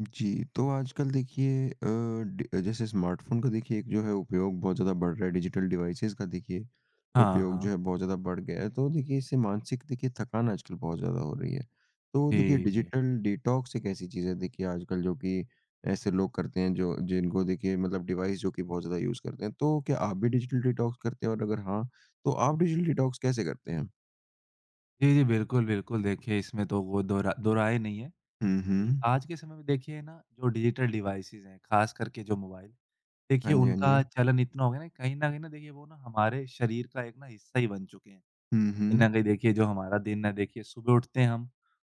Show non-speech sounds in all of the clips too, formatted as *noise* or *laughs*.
जी, तो आजकल देखिए अ, डि जैसे स्मार्टफ़ोन का देखिए एक जो है उपयोग बहुत ज़्यादा बढ़ रहा है, डिजिटल डिवाइसेज़ का देखिए हाँ, उपयोग जो हाँ। है बहुत ज़्यादा बढ़ गया है। तो देखिए इससे मानसिक देखिए थकान आजकल बहुत ज़्यादा हो रही है। तो देखिए जी, जी। डिजिटल डिटॉक्स एक ऐसी चीज़ है देखिए आजकल जो कि ऐसे लोग करते हैं जो जिनको देखिए मतलब डिवाइस जो कि बहुत ज़्यादा यूज़ करते हैं। तो क्या आप भी डिजिटल डिटॉक्स करते हैं और अगर हाँ, तो आप डिजिटल डिटॉक्स कैसे करते हैं? जी, जी, बिल्कुल, बिल्कुल। देखिए, इसमें तो वो दोहरा दो राय नहीं है हुँ, कि हुँ। आज के समय में देखिए ना, जो डिजिटल डिवाइसेज़ हैं, ख़ास करके जो मोबाइल, हाँ देखिए जी, हाँ जी। उनका चलन इतना हो गया ना, कहीं न कहीं ना देखिए वो ना हमारे शरीर का एक ना हिस्सा ही बन चुके हैं। हुँ, कहीं हुँ। न कहीं देखिए, जो हमारा दिन है, देखिए सुबह उठते हैं हम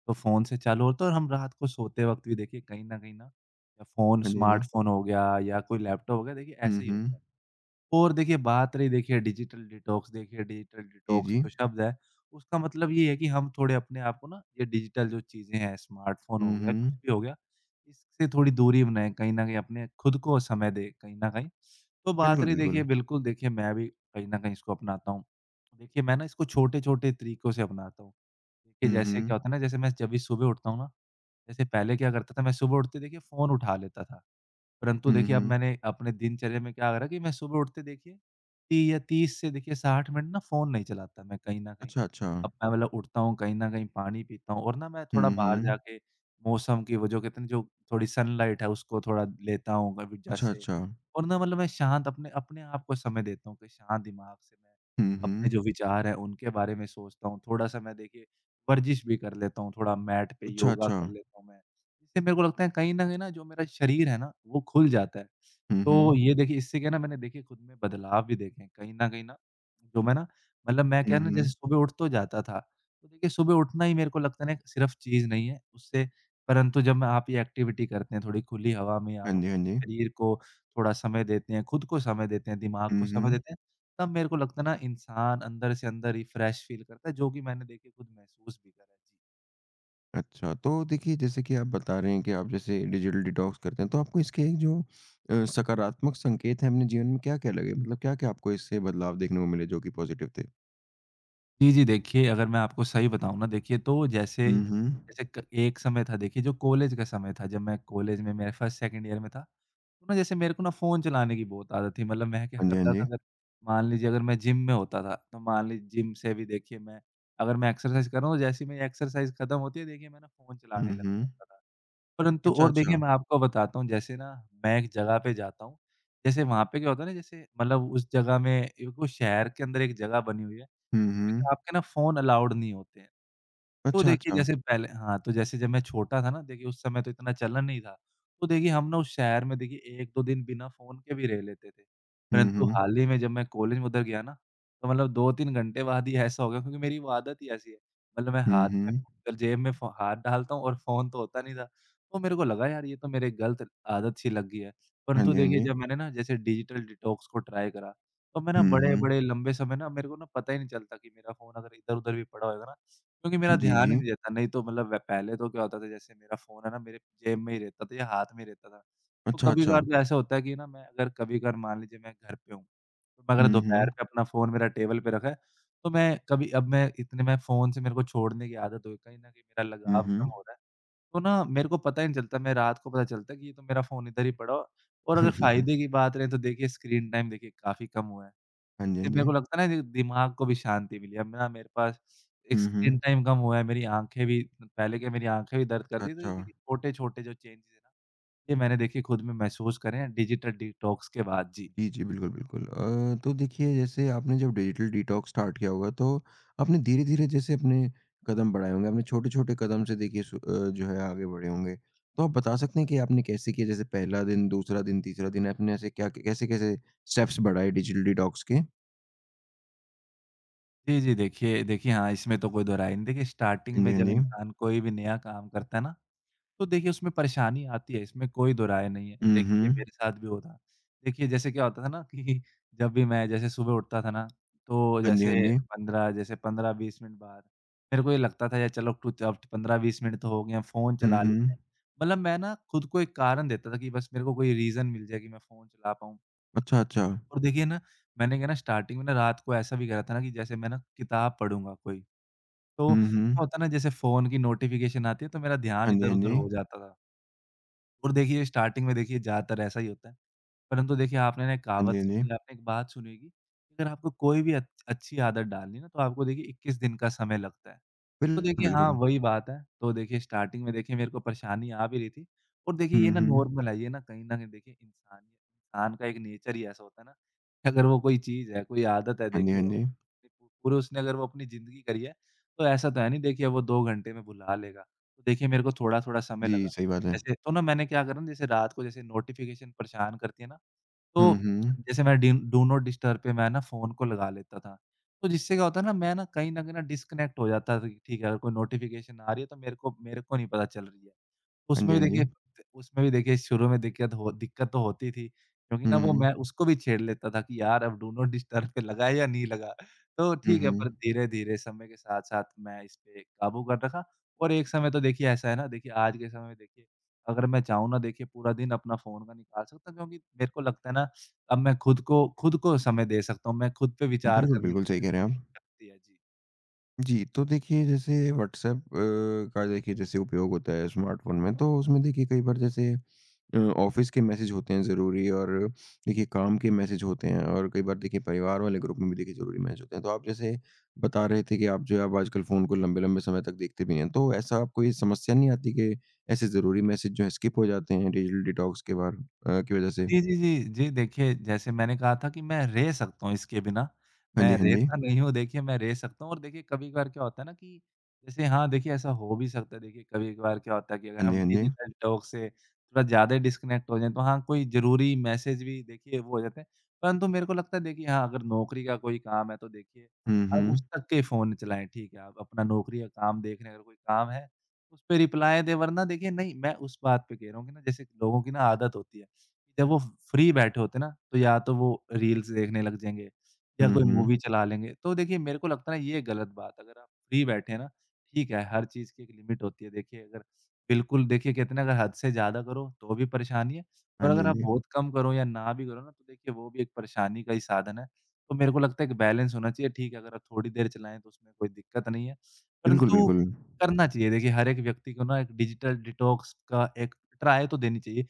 तो फ़ोन से चालू होता है, और हम रात को सोते वक़्त भी देखिए कहीं न कहीं ना, या फ़ोन हाँ जी, हाँ जी। स्मार्टफ़ोन हो गया, या कोई लैपटॉप हो गया, देखिए हुँ, ऐसे ही हुँ। होता है। और देखिए बात रही, देखिए डिजिटल जी, डिटॉक्स जी। जो शब्द है, उसका मतलब ये है कि हम थोड़े अपने आप को ना, ये डिजिटल जो चीज़ें हैं, स्मार्टफ़ोन हो हुँ, गया, कुछ हुँ। भी हो गया, इससे थोड़ी दूरी बनाएँ कहीं न कहीं, अपने खुद को समय दें कहीं न कहीं। तो बात बिल्कुल, रही देखिए, बिल्कुल। बिल्कुल देखिए मैं भी कहीं न कहीं इसको अपनाता हूँ। देखिए मैं ना इसको छोटे-छोटे तरीकों से अपनाता हूँ। देखिए हुँ, जैसे क्या हुँ। होता है ना, जैसे मैं जब भी सुबह उठता हूँ ना, जैसे पहले क्या करता था, मैं सुबह उठते देखिए फ़ोन उठा लेता था। परंतु हुँ, देखिए अब हुँ। मैंने अपने दिनचर्या में क्या करा कि मैं सुबह उठते देखिए 30 या 30 से देखिए 60 मिनट ना फ़ोन नहीं चलाता मैं कहीं न कहीं। अच्छा, अच्छा। अब मैं मतलब उठता हूँ, कहीं न कहीं पानी पीता हूँ और ना मैं थोड़ा हुँ, बाहर हुँ। जाके मौसम की वो जो कहते हैं ना, जो थोड़ी सनलाइट है उसको थोड़ा लेता हूँ कभी, अच्छा, जैसे अच्छा। और ना मतलब मैं शांत अपने अपने आप को समय देता हूँ कि शांत दिमाग से मैं हुँ, अपने जो हुँ। विचार हैं उनके बारे में सोचता हूँ। थोड़ा-सा मैं देखिए वर्जिश भी कर लेता हूँ, थोड़ा मैट पे अच्छा, योगा अच्छा। कर लेता हूँ मैं। इससे मेरे को लगता है कहीं न कहीं ना, जो मेरा शरीर है ना, वो खुल जाता है। हुँ, तो हुँ। ये देखिए इससे क्या है ना, मैंने देखिए खुद में बदलाव भी देखे हैं। कहीं न कहीं ना जो मैं ना, मतलब मैं क्या है हुँ, ना, जैसे हुँ। सुबह उठ तो जाता था। तो देखिए सुबह उठना ही मेरे को लगता है ना, एक सिर्फ चीज़ नहीं है उससे। परंतु जब मैं आप ये एक्टिविटी करते हैं, थोड़ी खुली हवा में आप हाँ जी, हाँ अपने जी। शरीर को थोड़ा समय देते हैं, खुद को समय देते हैं, दिमाग को हुँ, समय हुँ। देते हैं, तब मेरे को लगता है ना, इंसान अंदर से अंदर ही फ्रेश फ़ील करता है, जो कि मैंने देखिए खुद महसूस भी करा है। जी। अच्छा, तो देखिए जैसे कि आप बता रहे हैं कि आप जैसे डिजिटल डिटॉक्स करते हैं, तो आपको इसके एक जो सकारात्मक संकेत हैं अपने जीवन में क्या-क्या लगे? मतलब क्या-क्या आपको इससे बदलाव देखने को मिले जो कि पॉजिटिव थे? जी, जी। देखिए, अगर मैं आपको सही बताऊँ ना देखिए, तो जैसे हुँ, हुँ। जैसे क एक समय था देखिए, जो कॉलेज का समय था, जब मैं कॉलेज में मेरे फर्स्ट सेकंड ईयर में था, तो ना जैसे मेरे को ना फ़ोन चलाने की बहुत आदत थी, मतलब मैं क्या हाँ जी, हाँ करता था, जी। अगर मान लीजिए अगर मैं जिम में होता था, तो मान लीजिए जिम से भी देखिए मैं अगर मैं एक्सरसाइज़ कर रहा हूँ, तो जैसे ही मेरी एक्सरसाइज़ खत्म होती है, देखिए मैं ना फ़ोन हुँ, चलाने लग हुँ। जाता था। परंतु अच्छा, और देखिए अच्छा। मैं आपको बताता हूँ, जैसे ना मैं एक जगह पे जाता हूँ, जैसे वहाँ पे क्या होता है ना, जैसे मतलब उस जगह में एक वो शहर के अंदर एक जगह बनी हुई है, हुँ, जिसमें कि हुँ। आपके ना फ़ोन अलाउड नहीं होते हैं। तो अच्छा, देखिए अच्छा। जैसे पहले, हाँ, तो जैसे जब मैं छोटा था ना, देखिए उस समय तो इतना चलन नहीं था। तो देखिए हम ना उस शहर में देखिए 1-2 दिन बिना फ़ोन के भी रह लेते थे। हुँ, परंतु हुँ। हाल ही में जब मैं कॉलेज में उधर गया ना, तो मतलब 2-3 घंटे बाद ही ऐसा हो गया, क्योंकि मेरी वो आदत ही ऐसी है। मतलब मैं हुँ, हाथ हुँ। में फ़ोन जेब में फ़ो हाथ डालता हूँ और फ़ोन तो होता नहीं था। तो मेरे को लगा, यार ये तो मेरे गलत आदत सी लग गई है। हाँ परंतु जी, हाँ देखिए जी। जब मैंने ना जैसे डिजिटल डिटॉक्स को ट्राई करा, तो मैं ना हुँ, हुँ। बड़े-बड़े लंबे समय ना मेरे को ना पता ही नहीं चलता कि मेरा फ़ोन अगर इधर-उधर भी पड़ा होएगा ना, क्योंकि मेरा जी, ध्यान ही जी। नहीं रहता, नहीं तो मतलब व पहले तो क्या होता था, जैसे मेरा फ़ोन है ना, मेरे जेब में ही रहता था या हाथ में ही रहता था। तो अच्छा, अच्छा। कभी-कभार तो ऐसा होता है कि ना मैं अगर कभी-कभार मान लीजिए मैं घर पे हूँ, तो मैं अगर हुँ, दोपहर हुँ। में अपना फ़ोन मेरा टेबल पे रखा है, तो मैं कभी अब मैं इतने में फ़ोन से मेरे को छोड़ने की आदत हो गई, कहीं न कहीं मेरा हुँ, लगाव कम हुँ। हो रहा है। तो ना मेरे को पता ही नहीं चलता, मैं रात को पता चलता है कि ये तो मेरा फ़ोन इधर ही पड़ा हो। और अगर फ़ायदे की *laughs* बात रहे तो देखिए स्क्रीन टाइम देखिए काफ़ी कम हुआ है। हाँ जी, हाँ इससे मेरे जी। को लगता है ना, दिमाग को भी शांति मिली। अब ना मेरे पास एक हुँ, स्क्रीन हुँ। टाइम कम हुआ है, मेरी आँखें भी पहले क्या, मेरी आँखें भी दर्द अच्छा, करती थी, तो ये अच्छा। देखिए छोटे-छोटे जो चेंजेज़ हैं ना, ये मैंने देखिए खुद में महसूस करे हैं डिजिटल डिटॉक्स के बाद। जी। जी, जी, बिल्कुल, बिल्कुल। तो देखिए जैसे आपने जब डिजिटल डिटॉक्स स्टार्ट किया होगा तो आपने धीरे-धीरे जैसे अपने कदम बढ़ाए होंगे, आपने छोटे-छोटे कदम से देखिए जो है आगे बढ़े होंगे। तो आप बता सकते हैं कि आपने कैसे किया जैसे पहला दिन, दूसरा दिन, तीसरा दिन आपने ऐसे क्या कैसे-कैसे स्टेप्स बढ़ाए डिजिटल डिटॉक्स के? जी, जी, देखिए देखिए हाँ, इसमें तो कोई दोहराय नहीं। देखिए स्टार्टिंग हाँ में जी, हाँ जब जी। इंसान कोई भी नया काम करता है ना, तो देखिए उसमें परेशानी आती है, इसमें कोई दो राय नहीं है। हुँ, देखिए हुँ। मेरे साथ भी होता। देखिए जैसे क्या होता था ना कि *laughs* जब भी मैं जैसे सुबह उठता था ना, तो हाँ जी, हाँ जैसे जी। 15 जैसे 15-20 मिनट बाद मेरे को ये लगता था, यार चलो कुछ अब 15-20 मिनट तो हो गए हैं, फ़ोन हुँ, चला लेते हुँ। हैं। मतलब मैं ना खुद को एक कारण देता था कि बस मेरे को कोई रीज़न मिल जाए कि मैं फ़ोन चला पाऊँ। अच्छा, अच्छा। और देखिए ना मैंने क्या ना, स्टार्टिंग में ना रात को ऐसा भी करा था ना, कि जैसे मैं ना किताब पढ़ूँगा कोई, तो हुँ, क्या हुँ। होता है ना, जैसे फ़ोन की नोटिफ़िकेशन आती है तो मेरा ध्यान हाँ जी, हाँ इधर-उधर जी। हो जाता था। और देखिए स्टार्टिंग में देखिए ज़्यादातर ऐसा ही होता है। परंतु देखिए आपने ना एक हाँ जी, कहावत हाँ जी। सुनी है, आपने एक बात सुनी होगी, कि अगर आपको कोई भी अच अच्छी आदत डालनी है ना, तो आपको देखिए 21 दिन का समय लगता है। तो बिल्कुल, देखिए हाँ, बिल्कुल। वही बात है। तो देखिए स्टार्टिंग में देखिए मेरे को परेशानी आ भी रही थी और देखिए ये हुँ, ना हुँ। नॉर्मल है, ये ना कहीं न कहीं देखिए इंसान इंसान का एक नेचर ही ऐसा होता है ना, कि अगर वो कोई चीज़ है, कोई आदत है, हाँ जी, देखिए हाँ वो जी। अपने पूरे उसने अगर वो अपनी ज़िंदगी करी है, तो ऐसा तो है नहीं देखिए वो 2 घंटे में भुला लेगा। तो देखिए मेरे को थोड़ा-थोड़ा समय लगा। जी, सही बात है। जैसे तो ना मैंने क्या करा ना, जैसे रात को जैसे नोटिफ़िकेशन परेशान करती है ना, हुँ, तो हुँ। जैसे मैं डि डू नॉट डिस्टर्ब पे मैं ना फ़ोन को लगा लेता था। तो जिससे क्या होता है ना, मैं ना कहीं न कहीं ना डिस्कनेक्ट हो जाता था, कि ठीक है अगर कोई नोटिफ़िकेशन आ रही है तो मेरे को नहीं पता चल रही है। हाँ जी, उसमें हाँ भी जी। देखिए उसमें भी देखिए शुरू में दिक्कत तो होती थी, क्योंकि हुँ, ना वो हुँ। मैं उसको भी छेड़ लेता था कि यार अब डू नॉट डिस्टर्ब पे लगा है या नहीं लगा? तो हुँ, ठीक है, पर हुँ। धीरे-धीरे समय के साथ-साथ मैं इस पे काबू कर रखा और एक समय तो देखिए ऐसा है ना, देखिए आज के समय में देखिए अगर मैं चाहूँ ना, देखिए पूरा दिन अपना फ़ोन का निकाल सकता हूँ, क्योंकि मेरे को लगता है ना, अब मैं खुद को समय दे सकता हूँ, मैं खुद पे विचार बिल्कुल, करने की बिल्कुल सही कह रहे हैं आप। शक्ति है। जी। जी, तो देखिए जैसे व्हाट्सएप का देखिए जैसे उपयोग होता है स्मार्टफ़ोन में, तो उसमें देखिए कई बार जैसे ऑफिस के मैसेज होते हैं ज़रूरी और देखिए काम के मैसेज होते हैं और कई बार देखिए परिवार वाले ग्रुप में भी देखिए ज़रूरी मैसेज होते हैं। तो आप जैसे बता रहे थे कि आप जो है आप आजकल फ़ोन को लंबे-लंबे समय तक देखते भी हैं। तो ऐसा आपको ये समस्या नहीं आती कि ऐसे ज़रूरी मैसेज जो हैं स्किप हो जाते हैं डिजिटल डिटॉक्स के की वज़ह से? जी, जी, जी। जी, देखिए जैसे मैंने कहा था कि मैं रह सकता हूँ इसके बिना। हाँ जी, मैं हाँ जी। रहता नहीं हूँ देखिए, मैं रह सकता हूँ और देखिए कभी-कभार क्या होता है ना, कि जैसे हाँ, देखिए ऐसा हो भी सकता है, देखिए कभी-कभार क्या होता है कि अगर हाँ जी, हम हाँ जी। डिजिटल टॉक से थोड़ा ज़्यादा ही डिस्कनेक्ट हो जाएँ तो हाँ, कोई ज़रूरी मैसेज भी देखिए वो हो जाते हैं। परंतु मेरे को लगता है देखिए, हाँ, अगर नौकरी का कोई काम है, तो देखिए हुँ, आप उस हुँ। तक के फ़ोन चलाएँ, ठीक है? आप अपना नौकरी का काम देख रहे हैं, अगर कोई काम है, उस पे रिप्लाई दें। वरना देखिए, नहीं, मैं उस बात पे कह रहा हूँ कि ना, जैसे लोगों की ना आदत होती है। जब वो फ्री बैठे होते हैं ना, तो या तो वो रील्स देखने लग जाएँगे या हुँ, कोई हुँ। मूवी चला लेंगे। तो देखिए, मेरे को लगता है ना ये गलत बात है, अगर आप फ्री बैठे हैं ना। ठीक है, हर चीज़ की एक लिमिट होती है। देखिए, अगर बिल्कुल देखिए, कहते हैं ना, अगर हद से ज़्यादा करो तो भी परेशानी है, हाँ और जी, अगर हाँ आप जी। बहुत कम करो या ना भी करो ना, तो देखिए वो भी एक परेशानी का ही साधन है। तो मेरे को लगता है एक बैलेंस होना चाहिए। ठीक है, अगर आप थोड़ी देर चलाएँ तो उसमें कोई दिक्कत नहीं है, बिल्कुल, परंतु बिल्कुल। करना चाहिए। देखिए, हर एक व्यक्ति को ना एक डिजिटल डिटॉक्स का एक ट्राई तो देनी चाहिए,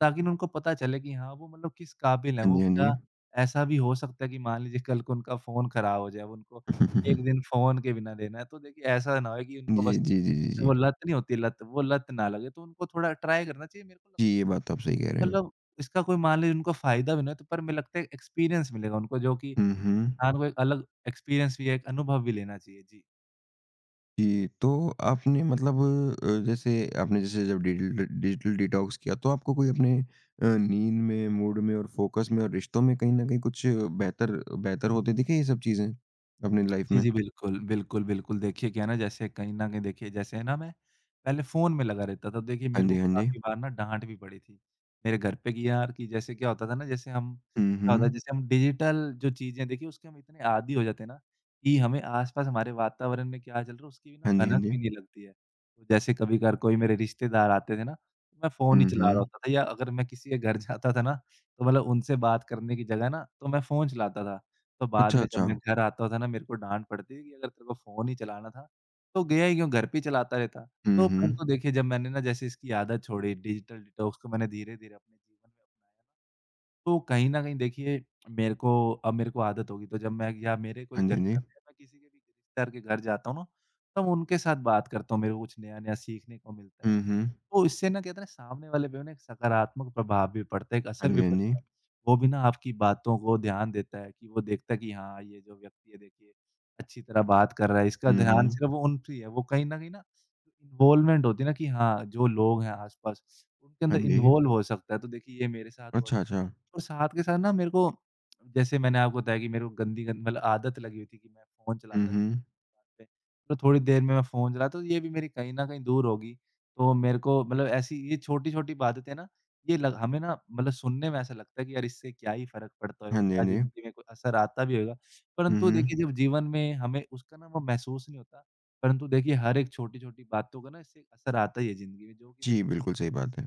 ताकि ना उनको पता चले कि हाँ, वो मतलब किस काबिल हैं, हाँ वो जी, हाँ जी। क्या। ऐसा भी हो सकता है कि मान लीजिए कल को उनका फ़ोन खराब हो जाए, अब उनको 1 दिन *laughs* फ़ोन के बिना देना है। तो देखिए, ऐसा ना हो कि उनको जी, बस जी, जी, जी, जी। वो लत नहीं होती, लत, वो लत ना लगे, तो उनको थोड़ा ट्राई करना चाहिए। मेरे को जी, लगता है ये बात तो आप सही कह कि रहे हैं। मतलब, इसका कोई, मान लीजिए उनको फ़ायदा भी ना हो, तो पर मुझे लगता है एक्सपीरियंस मिलेगा उनको, जो कि हुँ, हुँ। हाँ, उनको एक अलग एक्सपीरियंस भी है, एक अनुभव भी लेना चाहिए। जी। जी, तो आपने मतलब जैसे आपने जैसे जब डिजिटल डिजिटल डिटॉक्स किया तो आपको कोई अपने नींद में, मूड में और फ़ोकस में और रिश्तों में कहीं न कहीं कुछ बेहतर बेहतर होते दिखे ये सब चीज़ें अपनी लाइफ़ जी, में? जी, बिल्कुल, बिल्कुल, बिल्कुल। देखिए, क्या है ना, जैसे कहीं न कहीं देखिए, जैसे है ना, मैं पहले फ़ोन में लगा रहता था, तो देखिए हाँ मेरे को जी, हाँ जी। काफ़ी बार ना डाँट भी पड़ी थी। मेरे घर पे, कि यार, कि जैसे क्या होता था ना, जैसे हम, हुँ, क्या हुँ। होता है, जैसे हम डिजिटल जो चीज़ें देखिए उसके हम इतने आदी हो जाते हैं ना, कि हमें आस-पास हमारे वातावरण में क्या चल रहा है उसकी भी ना हाँ जी, हाँ भनक जी। भी नहीं लगती है। तो जैसे कभी-कभार कोई मेरे रिश्तेदार आते थे ना, तो मैं फ़ोन ही हुँ, चला रहा हुँ। होता था, या अगर मैं किसी के घर *laughs* जाता था ना, तो मतलब उनसे बात करने की जगह ना, तो मैं फ़ोन चलाता था। तो बाद अच्छा, में जब अच्छा। मैं घर आता था ना, मेरे को डाँट पड़ती थी कि अगर तेरे को फ़ोन ही चलाना था, तो गया ही क्यों, घर पे ही चलाता रहता। हुँ, तो हुँ। परंतु देखिए, जब मैंने ना जैसे इसकी आदत छोड़ी, डिजिटल डिटॉक्स को मैंने धीरे-धीरे अपने जीवन में अपनाया, तो कहीं न कहीं देखिए मेरे को अब मेरे को आदत होगी, तो जब मैं, या मेरे कोई हाँ जी, घर हाँ पे जी। आता है, मैं किसी के भी रिश्तेदार के घर जाता हूँ ना, तब उनके साथ बात करता हूँ, मेरे को कुछ नया-नया सीखने को मिलता है। हुँ, हुँ। तो इससे ना, कहते हैं ना, सामने वाले पे ना एक सकारात्मक प्रभाव भी पड़ता है, एक हाँ असर जी, भी हाँ जी। पड़ता है। वो भी ना आपकी बातों को ध्यान देता है, कि वो देखता है कि हाँ, ये जो व्यक्ति है देखिए अच्छी तरह बात कर रहा है, इसका हुँ, ध्यान हुँ। सिर्फ़ उन पे ही है। वो कहीं न कहीं ना इन्वॉल्वमेंट होती है ना, कि हाँ, जो लोग हैं आस-पास, उनके हाँ अंदर जी। इन्वॉल्व हो सकता है। तो देखिए ये मेरे साथ हुआ था। अच्छा, अच्छा। और साथ के साथ ना मेरे को, जैसे मैंने आपको बताया, कि मेरे को गंदी गंद मतलब आदत लगी हुई थी, कि मैं फ़ोन हुँ, चलाता था। हुँ। तो थोड़ी देर में मैं फ़ोन चलाता, तो ये भी मेरी कहीं न कहीं दूर होगी। तो मेरे को मतलब ऐसी ये छोटी-छोटी आदतें ना, ये लग हमें ना मतलब सुनने में ऐसा लगता है कि यार, इससे क्या ही फ़र्क पड़ता होगा, हाँ जी, हाँ क्या जी। ज़िंदगी में कोई असर आता भी होगा। हुँ, परंतु हुँ। देखिए, जब जीवन में हमें उसका ना वो महसूस नहीं होता, परंतु देखिए हर एक छोटी-छोटी बातों का ना इससे असर आता ही है ज़िंदगी में, जो कि जी, देखिए। बिल्कुल सही बात है।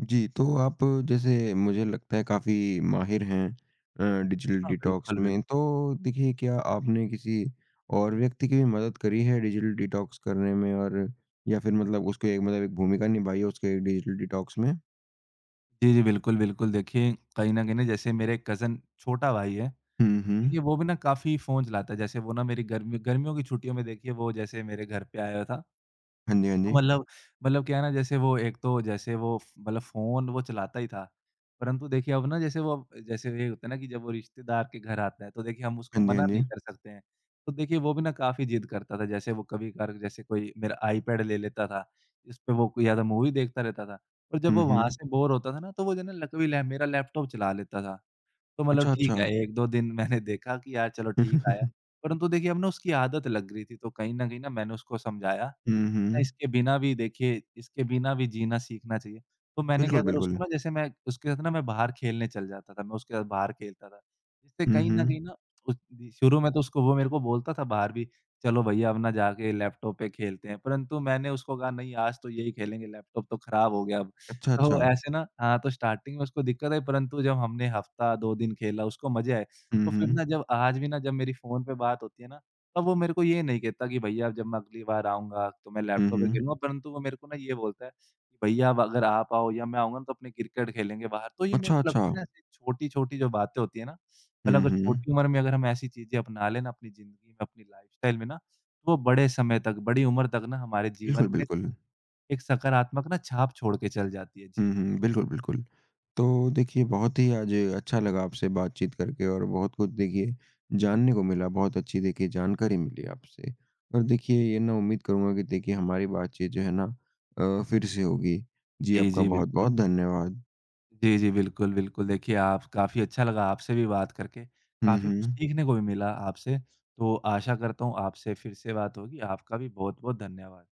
जी, तो आप जैसे मुझे लगता है काफ़ी माहिर हैं डिजिटल हाँ, डिटॉक्स बिल्कुल, में। बिल्कुल। तो देखिए क्या आपने किसी और व्यक्ति की भी मदद करी है डिजिटल डिटॉक्स करने में और या फिर मतलब उसको एक मतलब एक भूमिका निभाई है उसके डिजिटल डिटॉक्स में? जी, जी। बिल्कुल, बिल्कुल। देखिए, कहीं न कहीं ना, जैसे मेरे कज़न छोटा भाई है, हुँ, हुँ। देखिए वो भी ना काफ़ी फ़ोन चलाता है। जैसे वो ना मेरी गर्मी गर्मियों की छुट्टियों में देखिए वो जैसे मेरे घर पे आया हुआ था, हाँ जी, हाँ तो जी। मतलब क्या है ना, जैसे वो एक, तो जैसे वो फ़ मतलब फ़ोन वो चलाता ही था। परंतु देखिए, अब ना जैसे वो, जैसे ये होता है ना कि जब वो रिश्तेदार के घर आता है, तो देखिए हम उसको हाँ जी, मना हाँ जी। नहीं कर सकते हैं। तो देखिए वो भी ना काफ़ी ज़िद करता था, जैसे वो कभी-कभार, जैसे कोई मेरा आईपैड ले लेता था, इस पे वो कोई या तो मूवी देखता रहता था। और जब हुँ, वो वहाँ हुँ। से बोर होता था ना, तो वो जो है ना, ल कभी लैप मेरा लैपटॉप चला लेता था। तो मतलब अच्छा, अच्छा। ठीक है, 1-2 दिन *laughs* मैंने देखा कि यार, चलो *laughs* ठीक आया। हुँ, परंतु देखिए, अब ना उसकी आदत लग रही थी, तो कहीं न कहीं ना मैंने उसको समझाया, हुँ। इसके बिना भी देखिए, इसके बिना भी जीना सीखना चाहिए। तो मैंने क्या बिल्कुल, करा बिल्कुल। उसको ना, जैसे मैं उसके साथ ना, मैं बाहर खेलने चल जाता था, मैं उसके साथ बाहर खेलता था। इससे हुँ, कहीं न हुँ। कहीं ना, उस दी शुरू में तो उसको वो मेरे को बोलता था बाहर भी, "चलो भैया, अब ना जाके लैपटॉप पे खेलते हैं।" परंतु मैंने उसको कहा, "नहीं, आज तो यही खेलेंगे, लैपटॉप तो खराब हो गया अब।" अच्छा, अच्छा। तो ऐसे ना, हाँ, तो स्टार्टिंग में उसको दिक्कत आई, परंतु जब हमने हफ्ता 2 दिन खेला उसको मज़े आए। हुँ, तो फिर हुँ। ना, जब आज भी ना, जब मेरी फ़ोन पे बात होती है ना, तब वो मेरे को ये नहीं कहता कि भैया जब मैं अगली बार आऊँगा तो मैं हुँ, लैपटॉप पे हुँ। खेलूँगा, परंतु वो मेरे को ना ये बोलता है कि भैया अब अगर आप आओ या मैं आऊँगा ना, तो अपने क्रिकेट खेलेंगे बाहर। तो ये मेरे अच्छा, को अच्छा। लगता है ना, ऐसी छोटी-छोटी जो बातें होती है ना, मतलब हुँ, अगर हुँ। छोटी उम्र में अगर हम ऐसी चीज़ें अपना लें ना, अपनी ज़िंदगी में, अपनी लाइफ़स्टाइल में ना, तो वो बड़े समय तक, बड़ी उम्र तक ना हमारे जीवन बिल्कुल, में बिल्कुल। एक सकारात्मक ना छाप छोड़ के चल जाती है। जी। हुँ, हुँ। बिल्कुल, बिल्कुल। तो देखिए बहुत ही आज अच्छा लगा आपसे बातचीत करके और बहुत कुछ देखिए जानने को मिला, बहुत अच्छी देखिए जानकारी मिली आपसे। और देखिए ये ना उम्मीद करूँगा कि देखिए हमारी बातचीत जो है ना फिर से होगी। जी, जी, आपका जी, बहुत-बहुत बिल्कुल। धन्यवाद। जी, जी। बिल्कुल, बिल्कुल। देखिए आप, काफ़ी अच्छा लगा आपसे भी बात करके। हुँ, काफ़ी कुछ हुँ। सीखने को भी मिला आपसे। तो आशा करता हूँ आपसे फिर से बात होगी। आपका भी बहुत-बहुत धन्यवाद।